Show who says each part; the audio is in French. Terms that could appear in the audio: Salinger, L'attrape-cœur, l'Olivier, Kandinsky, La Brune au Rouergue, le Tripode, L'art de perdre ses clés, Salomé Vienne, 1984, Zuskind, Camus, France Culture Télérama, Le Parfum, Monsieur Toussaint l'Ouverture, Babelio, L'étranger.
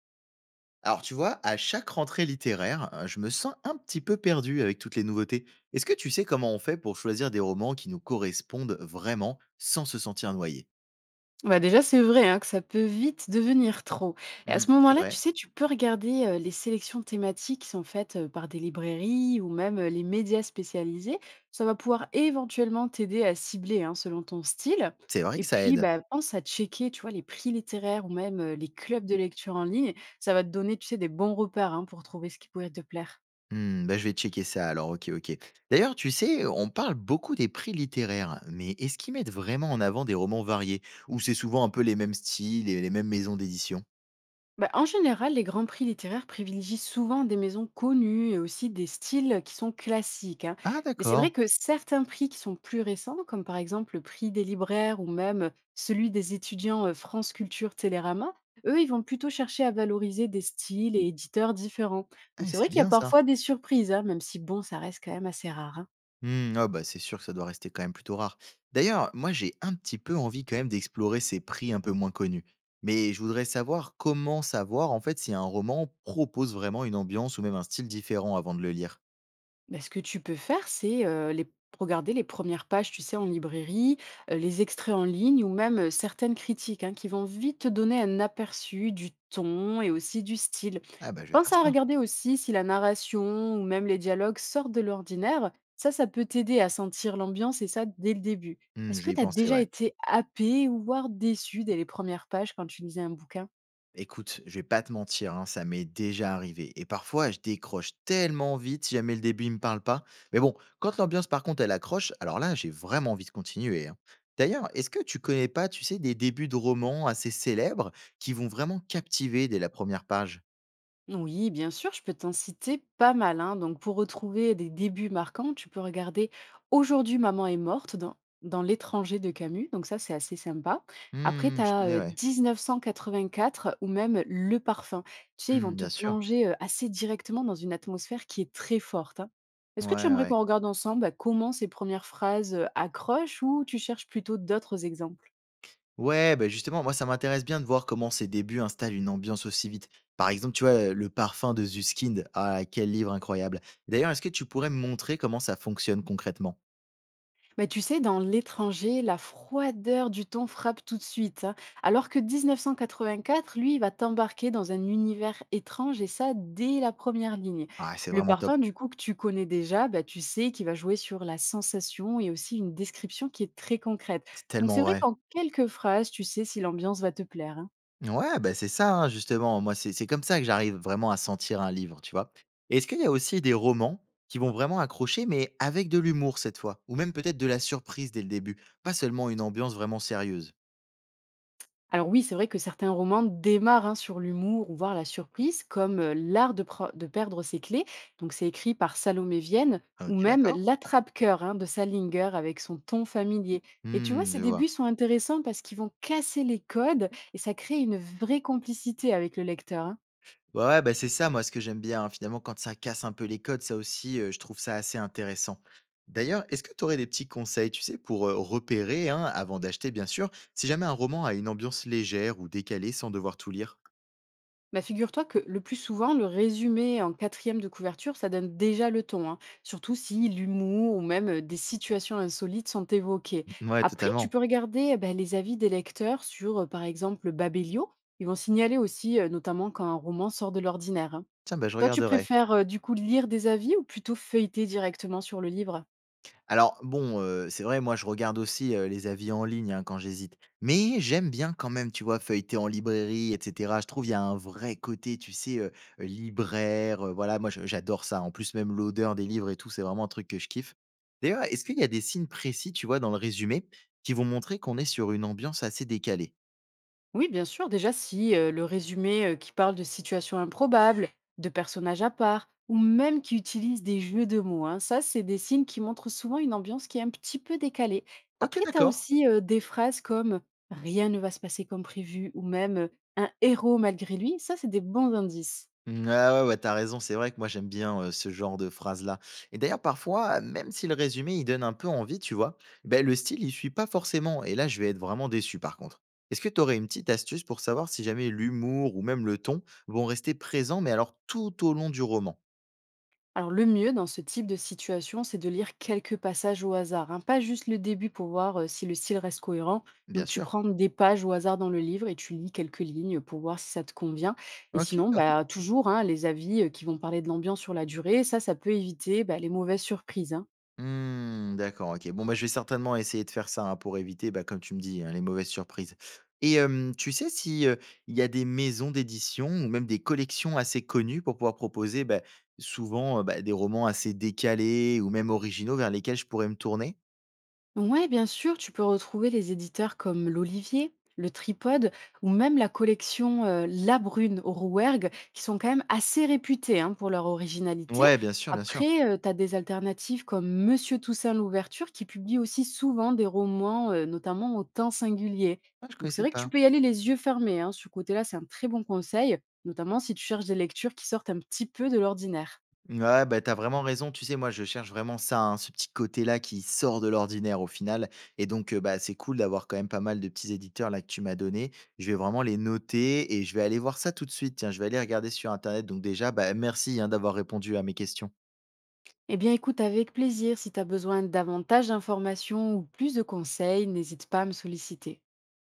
Speaker 1: Alors tu vois, à chaque rentrée littéraire, je me sens un petit peu perdu avec toutes les nouveautés. Est-ce que tu sais comment on fait pour choisir des romans qui nous correspondent vraiment sans se sentir noyé?
Speaker 2: Bah, déjà, c'est vrai, hein, que ça peut vite devenir trop. Et à
Speaker 1: Mmh,
Speaker 2: ce
Speaker 1: c'est
Speaker 2: moment-là, tu
Speaker 1: vrai.
Speaker 2: sais, tu peux regarder les sélections thématiques qui sont faites par des librairies ou même les médias spécialisés. Ça va pouvoir éventuellement t'aider à cibler, hein, selon ton style.
Speaker 1: C'est vrai
Speaker 2: Et
Speaker 1: que ça
Speaker 2: puis,
Speaker 1: aide.
Speaker 2: bah, pense à checker, tu vois, les prix littéraires ou même les clubs de lecture en ligne. Ça va te donner, tu sais, des bons repères, hein, pour trouver ce qui pourrait te plaire.
Speaker 1: Mmh, bah, je vais checker ça alors, OK, OK. D'ailleurs, tu sais, on parle beaucoup des prix littéraires, mais est-ce qu'ils mettent vraiment en avant des romans variés? Ou c'est souvent un peu les mêmes styles et les mêmes maisons d'édition?
Speaker 2: Bah, en général, les grands prix littéraires privilégient souvent des maisons connues et aussi des styles qui sont classiques, hein.
Speaker 1: Ah
Speaker 2: Mais c'est vrai
Speaker 1: d'accord.
Speaker 2: que certains prix qui sont plus récents, comme par exemple le prix des libraires ou même celui des étudiants France Culture Télérama, eux, ils vont plutôt chercher à valoriser des styles et éditeurs différents. Donc
Speaker 1: Eh,
Speaker 2: c'est
Speaker 1: c'est
Speaker 2: vrai qu'il y a
Speaker 1: bien ça.
Speaker 2: parfois des surprises, hein, même si bon, ça reste quand même assez rare, hein.
Speaker 1: Mmh, ah bah, c'est sûr que ça doit rester quand même plutôt rare. D'ailleurs, moi j'ai un petit peu envie quand même d'explorer ces prix un peu moins connus. Mais je voudrais savoir comment savoir en fait si un roman propose vraiment une ambiance ou même un style différent avant de le lire.
Speaker 2: Bah, ce que tu peux faire, c'est les regarder les premières pages, tu sais, en librairie, les extraits en ligne ou même certaines critiques, hein, qui vont vite te donner un aperçu du ton et aussi du style.
Speaker 1: Ah bah je vais faire
Speaker 2: Pense à
Speaker 1: ça.
Speaker 2: regarder aussi si la narration ou même les dialogues sortent de l'ordinaire. Ça peut t'aider à sentir l'ambiance et ça dès le début.
Speaker 1: Mmh,
Speaker 2: Est-ce
Speaker 1: je
Speaker 2: que
Speaker 1: vais y
Speaker 2: tu as
Speaker 1: penser,
Speaker 2: déjà
Speaker 1: ouais.
Speaker 2: été happé ou voire déçu dès les premières pages quand tu lisais un bouquin?
Speaker 1: Écoute, je vais pas te mentir, hein, ça m'est déjà arrivé. Et parfois, je décroche tellement vite si jamais le début il me parle pas. Mais bon, quand l'ambiance par contre elle accroche, alors là, j'ai vraiment envie de continuer, hein. D'ailleurs, est-ce que tu connais pas, tu sais, des débuts de romans assez célèbres qui vont vraiment captiver dès la première page?
Speaker 2: Oui, bien sûr, je peux t'en citer pas mal, hein. Donc, pour retrouver des débuts marquants, tu peux regarder Aujourd'hui, maman est morte dans L'étranger de Camus. Donc, ça, c'est assez sympa. Après,
Speaker 1: Hmm,
Speaker 2: tu
Speaker 1: je connais,
Speaker 2: as
Speaker 1: ouais.
Speaker 2: 1984 ou même Le Parfum. Tu sais, ils vont
Speaker 1: Hmm,
Speaker 2: te
Speaker 1: bien sûr.
Speaker 2: plonger assez directement dans une atmosphère qui est très forte, hein.
Speaker 1: Ouais,
Speaker 2: Est-ce que tu aimerais
Speaker 1: ouais.
Speaker 2: qu'on regarde ensemble bah, comment ces premières phrases accrochent, ou tu cherches plutôt d'autres exemples?
Speaker 1: Ouais, bah, justement, moi, ça m'intéresse bien de voir comment ces débuts installent une ambiance aussi vite. Par exemple, tu vois, Le Parfum de Zuskind. Ah, quel livre incroyable. D'ailleurs, est-ce que tu pourrais me montrer comment ça fonctionne concrètement?
Speaker 2: Bah, tu sais, dans l'étranger, la froideur du ton frappe tout de suite, hein, alors que 1984, lui, il va t'embarquer dans un univers étrange et ça dès la première ligne.
Speaker 1: Ah, c'est
Speaker 2: Le
Speaker 1: vraiment top.
Speaker 2: parfum, du coup, que tu connais déjà, bah, tu sais qu'il va jouer sur la sensation et aussi une description qui est très concrète.
Speaker 1: C'est
Speaker 2: Donc
Speaker 1: tellement
Speaker 2: c'est vrai
Speaker 1: vrai.
Speaker 2: qu'en quelques phrases, tu sais si l'ambiance va te plaire, hein.
Speaker 1: Ouais, bah, c'est ça, hein, justement. Moi, c'est comme ça que j'arrive vraiment à sentir un livre, tu vois. Est-ce qu'il y a aussi des romans qui vont vraiment accrocher, mais avec de l'humour cette fois? Ou même peut-être de la surprise dès le début? Pas seulement une ambiance vraiment sérieuse.
Speaker 2: Alors oui, c'est vrai que certains romans démarrent, hein, sur l'humour ou voire la surprise, comme L'art de perdre ses clés. Donc c'est écrit par Salomé Vienne, ou
Speaker 1: OK,
Speaker 2: même
Speaker 1: d'accord.
Speaker 2: L'attrape-cœur, hein, de Salinger avec son ton familier. Et tu vois,
Speaker 1: Hmm,
Speaker 2: ces
Speaker 1: je vois.
Speaker 2: débuts sont intéressants parce qu'ils vont casser les codes et ça crée une vraie complicité avec le lecteur, hein.
Speaker 1: Ouais, ouais, bah, c'est ça moi ce que j'aime bien, hein. Finalement quand ça casse un peu les codes, ça aussi, je trouve ça assez intéressant. D'ailleurs, est-ce que tu aurais des petits conseils, tu sais, pour, repérer, hein, avant d'acheter bien sûr, si jamais un roman a une ambiance légère ou décalée sans devoir tout lire?
Speaker 2: Bah, figure-toi que le plus souvent, le résumé en quatrième de couverture, ça donne déjà le ton, hein, surtout si l'humour ou même des situations insolites sont évoquées.
Speaker 1: Ouais,
Speaker 2: Après, tu
Speaker 1: totalement.
Speaker 2: peux regarder bah, les avis des lecteurs sur, par exemple, Babelio. Ils vont signaler aussi, notamment quand un roman sort de l'ordinaire, hein.
Speaker 1: Tiens, bah, je
Speaker 2: Toi, tu
Speaker 1: regarderai.
Speaker 2: préfères du coup lire des avis ou plutôt feuilleter directement sur le livre?
Speaker 1: Alors bon, c'est vrai, moi je regarde aussi, les avis en ligne, hein, quand j'hésite. Mais j'aime bien quand même, tu vois, feuilleter en librairie et cetera. Je trouve il y a un vrai côté, tu sais, libraire, voilà, moi je j'adore ça. En plus, même l'odeur des livres et tout, c'est vraiment un truc que je kiffe. D'ailleurs, est-ce qu'il y a des signes précis, tu vois, dans le résumé, qui vont montrer qu'on est sur une ambiance assez décalée?
Speaker 2: Oui, bien sûr, déjà si le résumé qui parle de situations improbables, de personnages à part, ou même qui utilise des jeux de mots, hein, ça, c'est des signes qui montrent souvent une ambiance qui est un petit peu décalée.
Speaker 1: OK,
Speaker 2: Après, tu as
Speaker 1: d'accord.
Speaker 2: aussi des phrases comme Rien ne va se passer comme prévu, ou même Un héros malgré lui, ça, c'est des bons indices.
Speaker 1: Mmh, ah ouais, ouais, t'as raison, c'est vrai que moi j'aime bien, ce genre de phrase-là et d'ailleurs parfois, même si le résumé, il donne un peu envie, tu vois? Ben le style, il suit pas forcément et là, je vais être vraiment déçu par contre. Est-ce que tu aurais une petite astuce pour savoir si jamais l'humour ou même le ton vont rester présents, mais alors tout au long du roman?
Speaker 2: Alors le mieux dans ce type de situation, c'est de lire quelques passages au hasard, hein, pas juste le début pour voir si le style reste cohérent.
Speaker 1: Bien
Speaker 2: Donc tu
Speaker 1: sûr.
Speaker 2: prends des pages au hasard dans le livre et tu lis quelques lignes pour voir si ça te convient. Et
Speaker 1: OK,
Speaker 2: sinon,
Speaker 1: OK.
Speaker 2: bah, toujours, hein, les avis qui vont parler de l'ambiance sur la durée, ça peut éviter bah, les mauvaises surprises, hein.
Speaker 1: Mmh, d'accord, OK. Bon, bah, je vais certainement essayer de faire ça, hein, pour éviter, bah, comme tu me dis, hein, les mauvaises surprises et hem, tu sais si, il y a des maisons d'édition ou même des collections assez connues pour pouvoir proposer, bah, souvent, bah, des romans assez décalés ou même originaux vers lesquels je pourrais me tourner?
Speaker 2: Ouais, bien sûr, tu peux retrouver les éditeurs comme l'Olivier, le Tripode ou même la collection La Brune au Rouergue, qui sont quand même assez réputés, hein, pour leur originalité.
Speaker 1: Ouais, bien sûr, bien sûr.
Speaker 2: Après, tu as des alternatives comme Monsieur Toussaint l'Ouverture, qui publie aussi souvent des romans, notamment au temps singulier.
Speaker 1: Ah, je
Speaker 2: Donc c'est
Speaker 1: connaissais
Speaker 2: vrai que tu
Speaker 1: pas.
Speaker 2: peux y aller les yeux fermés, hein. Ce côté-là, c'est un très bon conseil, notamment si tu cherches des lectures qui sortent un petit peu de l'ordinaire.
Speaker 1: Ouais, bah, t'as vraiment raison. Tu sais, moi, je cherche vraiment ça, hein, ce petit côté-là qui sort de l'ordinaire au final. Et donc, bah, c'est cool d'avoir quand même pas mal de petits éditeurs là que tu m'as donné. Je vais vraiment les noter et je vais aller voir ça tout de suite. Tiens, je vais aller regarder sur Internet. Donc déjà, bah, merci hein, d'avoir répondu à mes questions.
Speaker 2: Eh bien, écoute, avec plaisir. Si tu as besoin de davantage d'informations ou plus de conseils, n'hésite pas à me solliciter.